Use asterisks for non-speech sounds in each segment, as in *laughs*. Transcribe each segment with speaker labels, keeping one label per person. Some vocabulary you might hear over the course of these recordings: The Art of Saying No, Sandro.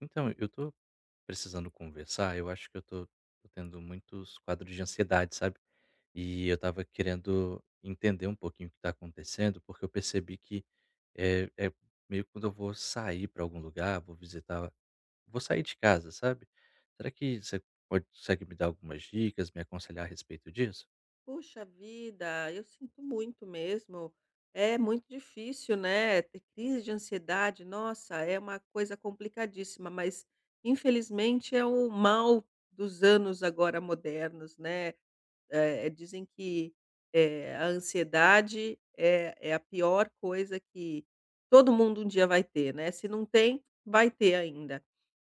Speaker 1: Então, eu tô precisando conversar, eu acho que eu tô tendo muitos quadros de ansiedade, sabe? E eu tava querendo entender um pouquinho o que tá acontecendo, porque eu percebi que é meio que quando eu vou sair pra algum lugar, vou visitar, vou sair de casa, sabe? Será que você consegue me dar algumas dicas, me aconselhar a respeito disso?
Speaker 2: Puxa vida, eu sinto muito mesmo. É muito difícil, né? Ter crise de ansiedade, nossa, é uma coisa complicadíssima, mas infelizmente é o mal dos anos agora modernos, né? Dizem que a ansiedade é a pior coisa que todo mundo um dia vai ter, né? Se não tem, vai ter ainda.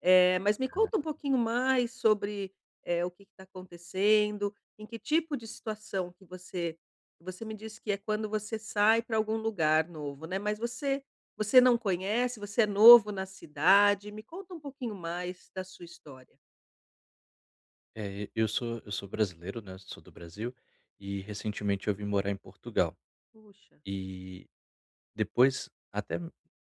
Speaker 2: Mas me conta um pouquinho mais sobre, o que está acontecendo, em que tipo de situação que você me disse que é quando você sai para algum lugar novo, né, mas você não conhece, você é novo na cidade, me conta um pouquinho mais da sua história.
Speaker 1: É, eu sou brasileiro, né? Sou do Brasil e recentemente eu vim morar em Portugal.
Speaker 2: Puxa.
Speaker 1: E Depois, até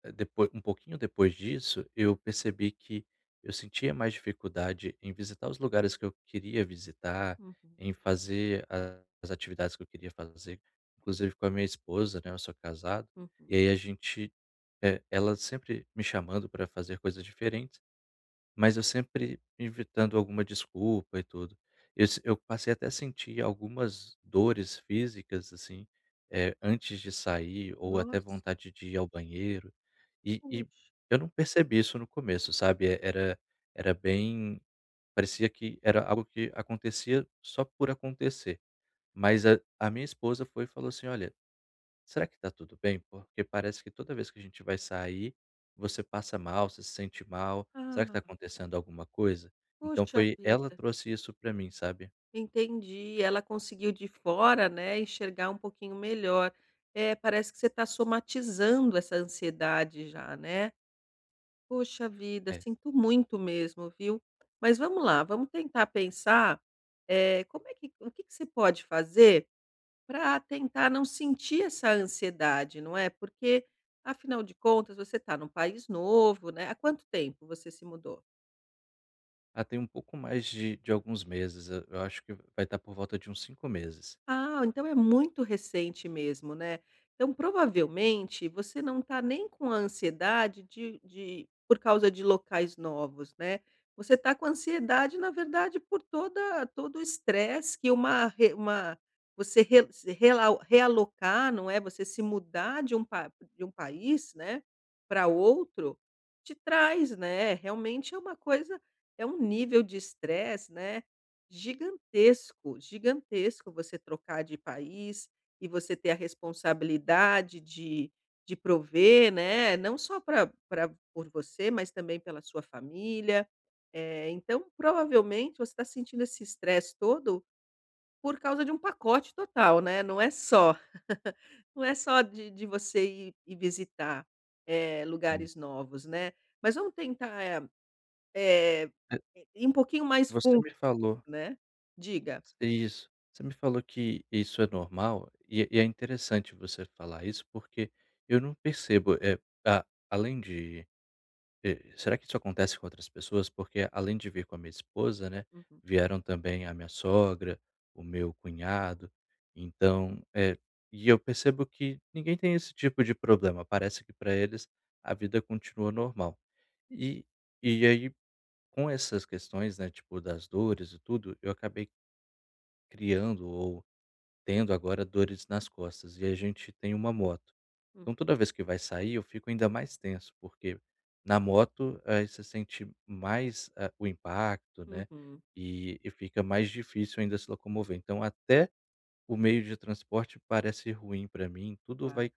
Speaker 1: depois um pouquinho depois disso, eu percebi que eu sentia mais dificuldade em visitar os lugares que eu queria visitar,
Speaker 2: Uhum,
Speaker 1: em fazer as atividades que eu queria fazer, inclusive com a minha esposa, né, eu sou casado,
Speaker 2: uhum.
Speaker 1: e aí ela sempre me chamando para fazer coisas diferentes, mas eu sempre inventando alguma desculpa e tudo. Eu se eu passei até a sentir algumas dores físicas, assim, antes de sair ou até
Speaker 2: Nossa,
Speaker 1: vontade de ir ao banheiro, e
Speaker 2: puxa.
Speaker 1: eu não percebi isso no começo, sabe, e era bem, parecia que era algo que acontecia só por acontecer, mas a minha esposa foi e falou assim: "Olha, será que tá tudo bem? Porque parece que toda vez que a gente vai sair, você passa mal, você se sente mal. Será que tá
Speaker 2: Ah,
Speaker 1: acontecendo alguma coisa?" Então
Speaker 2: poxa
Speaker 1: foi ela
Speaker 2: vida.
Speaker 1: trouxe isso pra mim, sabe.
Speaker 2: Entendi, ela conseguiu de fora, né, enxergar um pouquinho melhor. É, parece que você está somatizando essa ansiedade já, né. Poxa vida,
Speaker 1: É.
Speaker 2: sinto muito mesmo, viu. Mas vamos lá, vamos tentar pensar, como é que o que que você pode fazer para tentar não sentir essa ansiedade, não é. Porque, afinal de contas, você está num país novo, né. Há quanto tempo você se mudou?
Speaker 1: Ah, tem um pouco mais de alguns meses, eu acho que vai estar por volta de uns 5 meses.
Speaker 2: Ah, então é muito recente mesmo, né. Então provavelmente você não está nem com a ansiedade de por causa de locais novos, né. Você está com ansiedade, na verdade, por toda todo o estresse que uma você re se relau realocar, não é, você se mudar de um pa de um país, né, para outro, te traz, né. Realmente é uma coisa é um nível de estresse, né, gigantesco, gigantesco você trocar de país e você ter a responsabilidade de prover, né, não só para pra por você, mas também pela sua família. Então provavelmente você está sentindo esse estresse todo por causa de um pacote total, né, não é só *laughs* não é só de você ir visitar,
Speaker 1: Hum.
Speaker 2: lugares novos, né. Mas vamos tentar, eh,
Speaker 1: Eh,
Speaker 2: ir um pouquinho mais
Speaker 1: Você
Speaker 2: fundo,
Speaker 1: me falou
Speaker 2: né. Diga.
Speaker 1: isso. Você me falou que isso é normal e é interessante você falar isso, porque eu não percebo. É. a além de E será que isso acontece com outras pessoas? Porque além de vir com a minha esposa, né,
Speaker 2: Uhum.
Speaker 1: vieram também a minha sogra, o meu cunhado, então, e eu percebo que ninguém tem esse tipo de problema, parece que para eles a vida continua normal. E e aí, com essas questões, né, tipo das dores e tudo, eu acabei criando ou tendo agora dores nas costas, e a gente tem uma moto.
Speaker 2: Hum.
Speaker 1: Então toda vez que vai sair, eu fico ainda mais tenso, porque na moto, aí você sente mais, ah, o impacto, né,
Speaker 2: Uhum,
Speaker 1: e fica mais difícil ainda se locomover. Então até o meio de transporte parece ruim para mim, tudo
Speaker 2: claro,
Speaker 1: vai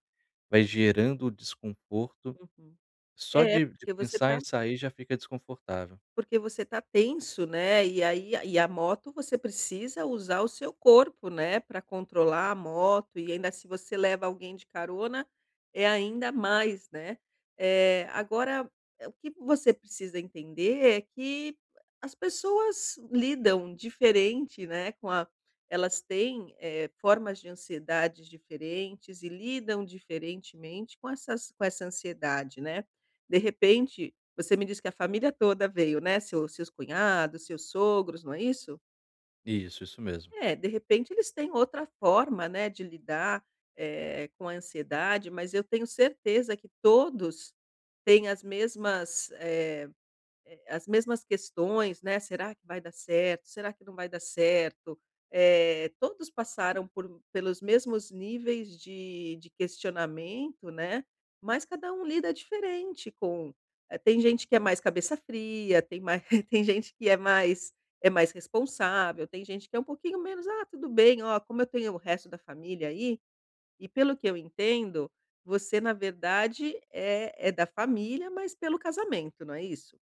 Speaker 1: vai gerando desconforto,
Speaker 2: uhum.
Speaker 1: só
Speaker 2: É,
Speaker 1: de
Speaker 2: porque você
Speaker 1: pensar
Speaker 2: está
Speaker 1: em sair já fica desconfortável.
Speaker 2: porque você tá tenso, né, e aí e a moto você precisa usar o seu corpo, né, para controlar a moto e ainda se você leva alguém de carona, é ainda mais, né. Agora, o que você precisa entender é que as pessoas lidam diferente, né, com a elas têm, formas de ansiedades diferentes e lidam diferentemente com essas com essa ansiedade, né. De repente você me disse que a família toda veio, né, seus cunhados, seus sogros, não é isso?
Speaker 1: Isso mesmo.
Speaker 2: É, de repente eles têm outra forma, né, de lidar, com a ansiedade, mas eu tenho certeza que todos têm as mesmas, as mesmas questões, né, "Será que vai dar certo? Será que não vai dar certo?". Todos passaram por pelos mesmos níveis de questionamento, né, mas cada um lida diferente com tem gente que é mais cabeça fria, tem mais *laughs* tem gente que é mais mais responsável, tem gente que é um pouquinho menos: "Ah, tudo bem, ó, como eu tenho o resto da família aí" e pelo que eu entendo, você na verdade é da família, mas pelo casamento, não é isso?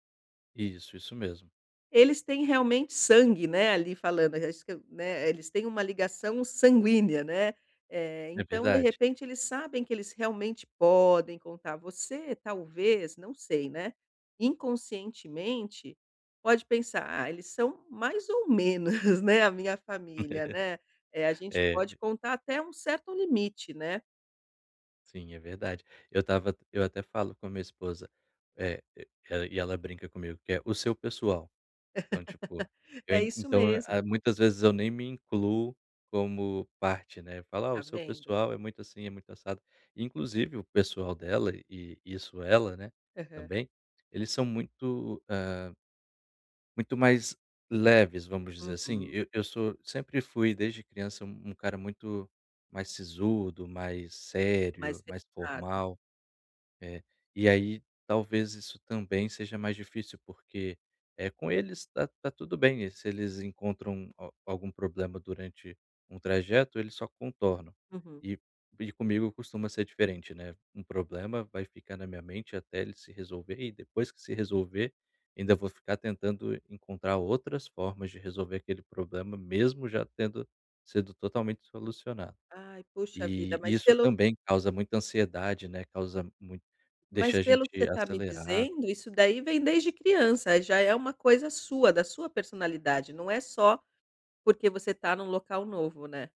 Speaker 1: Isso mesmo.
Speaker 2: Eles têm realmente sangue, né, ali falando, acho que, né, eles têm uma ligação sanguínea, né,
Speaker 1: É
Speaker 2: então de
Speaker 1: verdade.
Speaker 2: repente eles sabem que eles realmente podem contar. Você talvez, não sei, né, inconscientemente pode pensar: "Ah, eles são mais ou menos, *laughs* né, a minha família, né, a gente
Speaker 1: É,
Speaker 2: pode contar até um certo limite, né".
Speaker 1: sim, é verdade. Eu até falo com a minha esposa, eh, e e ela brinca comigo que é o seu pessoal. Então, tipo,
Speaker 2: *laughs*
Speaker 1: eu
Speaker 2: É
Speaker 1: en
Speaker 2: isso
Speaker 1: então, ah,
Speaker 2: mesmo,
Speaker 1: muitas vezes eu nem me incluo como parte, né, falar "Ah, o
Speaker 2: tá
Speaker 1: seu
Speaker 2: vendo.
Speaker 1: pessoal é muito assim, é muito assado". Inclusive o pessoal dela, e isso ela, né,
Speaker 2: Aham.
Speaker 1: também, eles são muito mais leves, vamos dizer assim.
Speaker 2: Uhum.
Speaker 1: Eu sou sempre fui, desde criança, um cara muito mais sisudo, mais
Speaker 2: Mais
Speaker 1: sério, mais
Speaker 2: pesado.
Speaker 1: formal. É, e aí talvez isso também seja mais difícil, porque, é, com eles tá tudo bem, e se eles encontram a algum problema durante um trajeto, eles só contornam.
Speaker 2: Uhum.
Speaker 1: E e comigo costuma ser diferente, né, um problema vai ficar na minha mente até ele se resolver, e depois que se resolver, ainda vou ficar tentando encontrar outras formas de resolver aquele problema, mesmo já tendo sido totalmente solucionado.
Speaker 2: Ai, puxa vida,
Speaker 1: E
Speaker 2: mas
Speaker 1: isso
Speaker 2: pelo
Speaker 1: também causa muita ansiedade, né, causa muito deixa
Speaker 2: mas
Speaker 1: a gente
Speaker 2: pelo que você está me
Speaker 1: acelerado.
Speaker 2: dizendo, isso daí vem desde criança, já é uma coisa sua, da sua personalidade, não é só porque você está num local novo, né.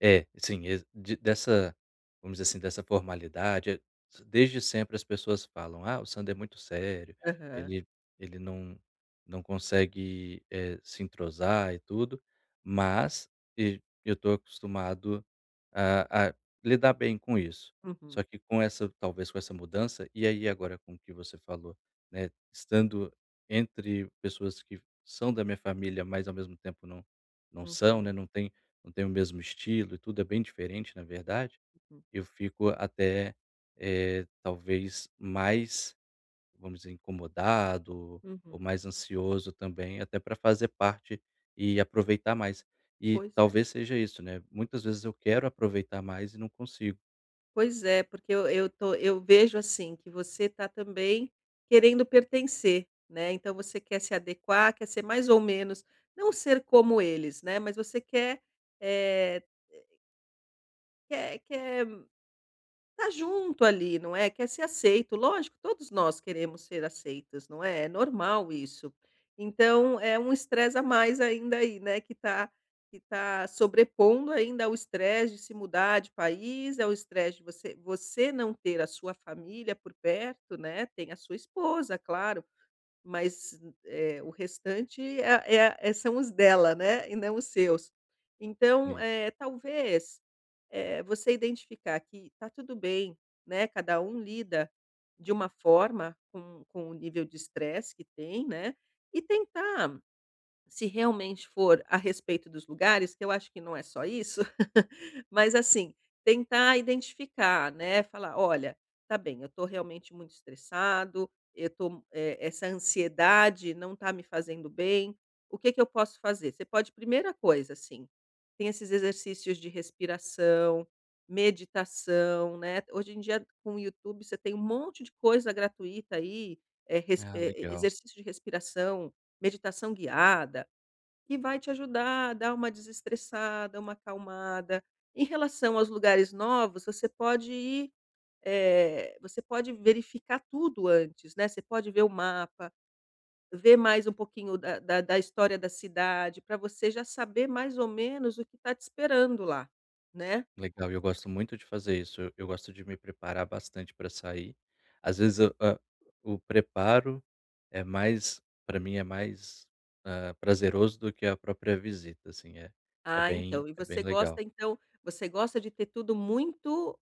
Speaker 1: É, sim, vamos dizer assim, dessa formalidade, desde sempre as pessoas falam: "Ah, o Sandro é muito sério,
Speaker 2: Aham.
Speaker 1: ele ele não consegue, se entrosar e tudo", mas e eu estou acostumado a lidar bem com isso.
Speaker 2: Uhum,
Speaker 1: Só que com essa talvez com essa mudança, e aí agora com o que você falou, né, estando entre pessoas que são da minha família, mas ao mesmo tempo não são, né,
Speaker 2: uhum,
Speaker 1: não tem o mesmo estilo, e tudo é bem diferente, na verdade,
Speaker 2: uhum,
Speaker 1: eu fico até, talvez mais, vamos dizer, incomodado ou
Speaker 2: uhum.
Speaker 1: mais ansioso também, até para fazer parte e aproveitar mais. E
Speaker 2: Pois é,
Speaker 1: talvez seja isso, né? Muitas vezes eu quero aproveitar mais e não consigo.
Speaker 2: pois é, porque eu tô eu vejo, assim, que você está também querendo pertencer, né, então você quer se adequar, quer ser mais ou menos não ser como eles, né, mas você quer, eh, quer tá junto ali, não é? Quer ser aceito. Lógico, todos nós queremos ser aceitos, não é? É normal isso. Então, é um estresse a mais ainda aí, né? Que tá sobrepondo ainda ao estresse de se mudar de país, ao estresse de você não ter a sua família por perto, né? Tem a sua esposa, claro, mas, o restante é são os dela, né, e não os seus. Então,
Speaker 1: E-
Speaker 2: talvez, você identificar que tá tudo bem, né, cada um lida de uma forma com o nível de estresse que tem, né, e tentar se realmente for a respeito dos lugares, que eu acho que não é só isso, *laughs* mas assim, tentar identificar, né, falar: "Olha, tá bem, eu estou realmente muito estressado, eu tô, essa ansiedade não está me fazendo bem, o que que eu posso fazer?". Você pode primeira coisa, assim, tem esses exercícios de respiração, meditação, né, hoje em dia com o YouTube você tem um monte de coisa gratuita aí,
Speaker 1: Ah, legal.
Speaker 2: exercício de respiração, meditação guiada que vai te ajudar a dar uma desestressada, uma acalmada. Em relação aos lugares novos, você pode ir, você pode verificar tudo antes, né? Você pode ver o mapa, ver mais um pouquinho da história da cidade, para você já saber mais ou menos o que está te esperando lá, né?
Speaker 1: Legal, e eu gosto muito de fazer isso. Eu gosto de me preparar bastante para sair. Às vezes o preparo é mais, para mim é mais, prazeroso do que a própria visita, assim, é é
Speaker 2: Ah,
Speaker 1: bem
Speaker 2: então. E
Speaker 1: é bem
Speaker 2: você
Speaker 1: legal.
Speaker 2: gosta, então, você gosta de ter tudo muito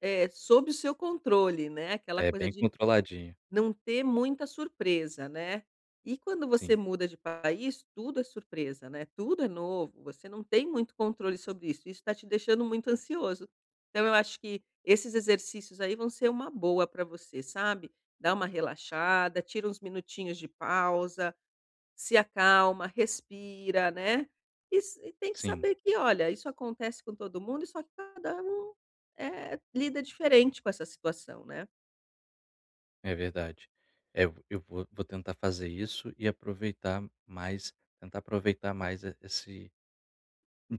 Speaker 2: sob o seu controle, né? Aquela
Speaker 1: É
Speaker 2: coisa
Speaker 1: bem
Speaker 2: de
Speaker 1: controladinho.
Speaker 2: não ter muita surpresa, né. E quando você
Speaker 1: Sim,
Speaker 2: muda de país, tudo é surpresa, né, tudo é novo, você não tem muito controle sobre isso, isso está te deixando muito ansioso. Então eu acho que esses exercícios aí vão ser uma boa para você, sabe. Dá uma relaxada, tira uns minutinhos de pausa, se acalma, respira, né. E tem que
Speaker 1: sim,
Speaker 2: saber que, olha, isso acontece com todo mundo, só que cada um, lida diferente com essa situação, né.
Speaker 1: é verdade. É, eu vou tentar fazer isso e aproveitar mais tentar aproveitar mais, e esse...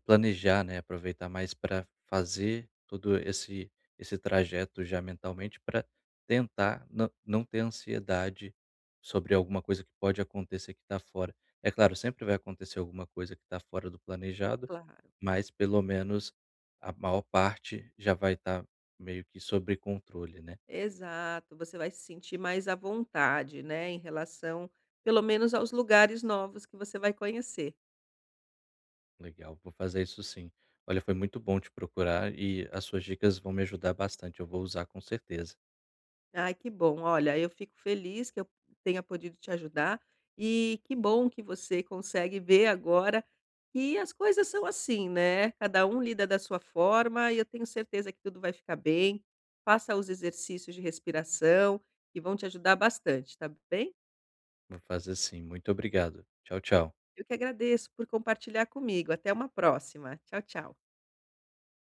Speaker 1: Planejar, né, aproveitar mais para fazer todo esse trajeto já mentalmente, para tentar não ter ansiedade sobre alguma coisa que pode acontecer, que está fora. É claro, sempre vai acontecer alguma coisa que está fora do planejado,
Speaker 2: Claro.
Speaker 1: mas pelo menos a maior parte já vai estar meio que sobre controle, né.
Speaker 2: Exato, você vai se sentir mais à vontade, né, em relação, pelo menos aos lugares novos que você vai conhecer.
Speaker 1: Legal, vou fazer isso sim. Olha, foi muito bom te procurar, e as suas dicas vão me ajudar bastante, eu vou usar com certeza.
Speaker 2: Ai, que bom. Olha, eu fico feliz que eu tenha podido te ajudar e que bom que você consegue ver agora que as coisas são assim, né? Cada um lida da sua forma e eu tenho certeza que tudo vai ficar bem. Faça os exercícios de respiração que vão te ajudar bastante, tá bem?
Speaker 1: Vou fazer sim. Muito obrigado. Tchau, tchau.
Speaker 2: Eu que agradeço por compartilhar comigo. Até uma próxima. Tchau, tchau.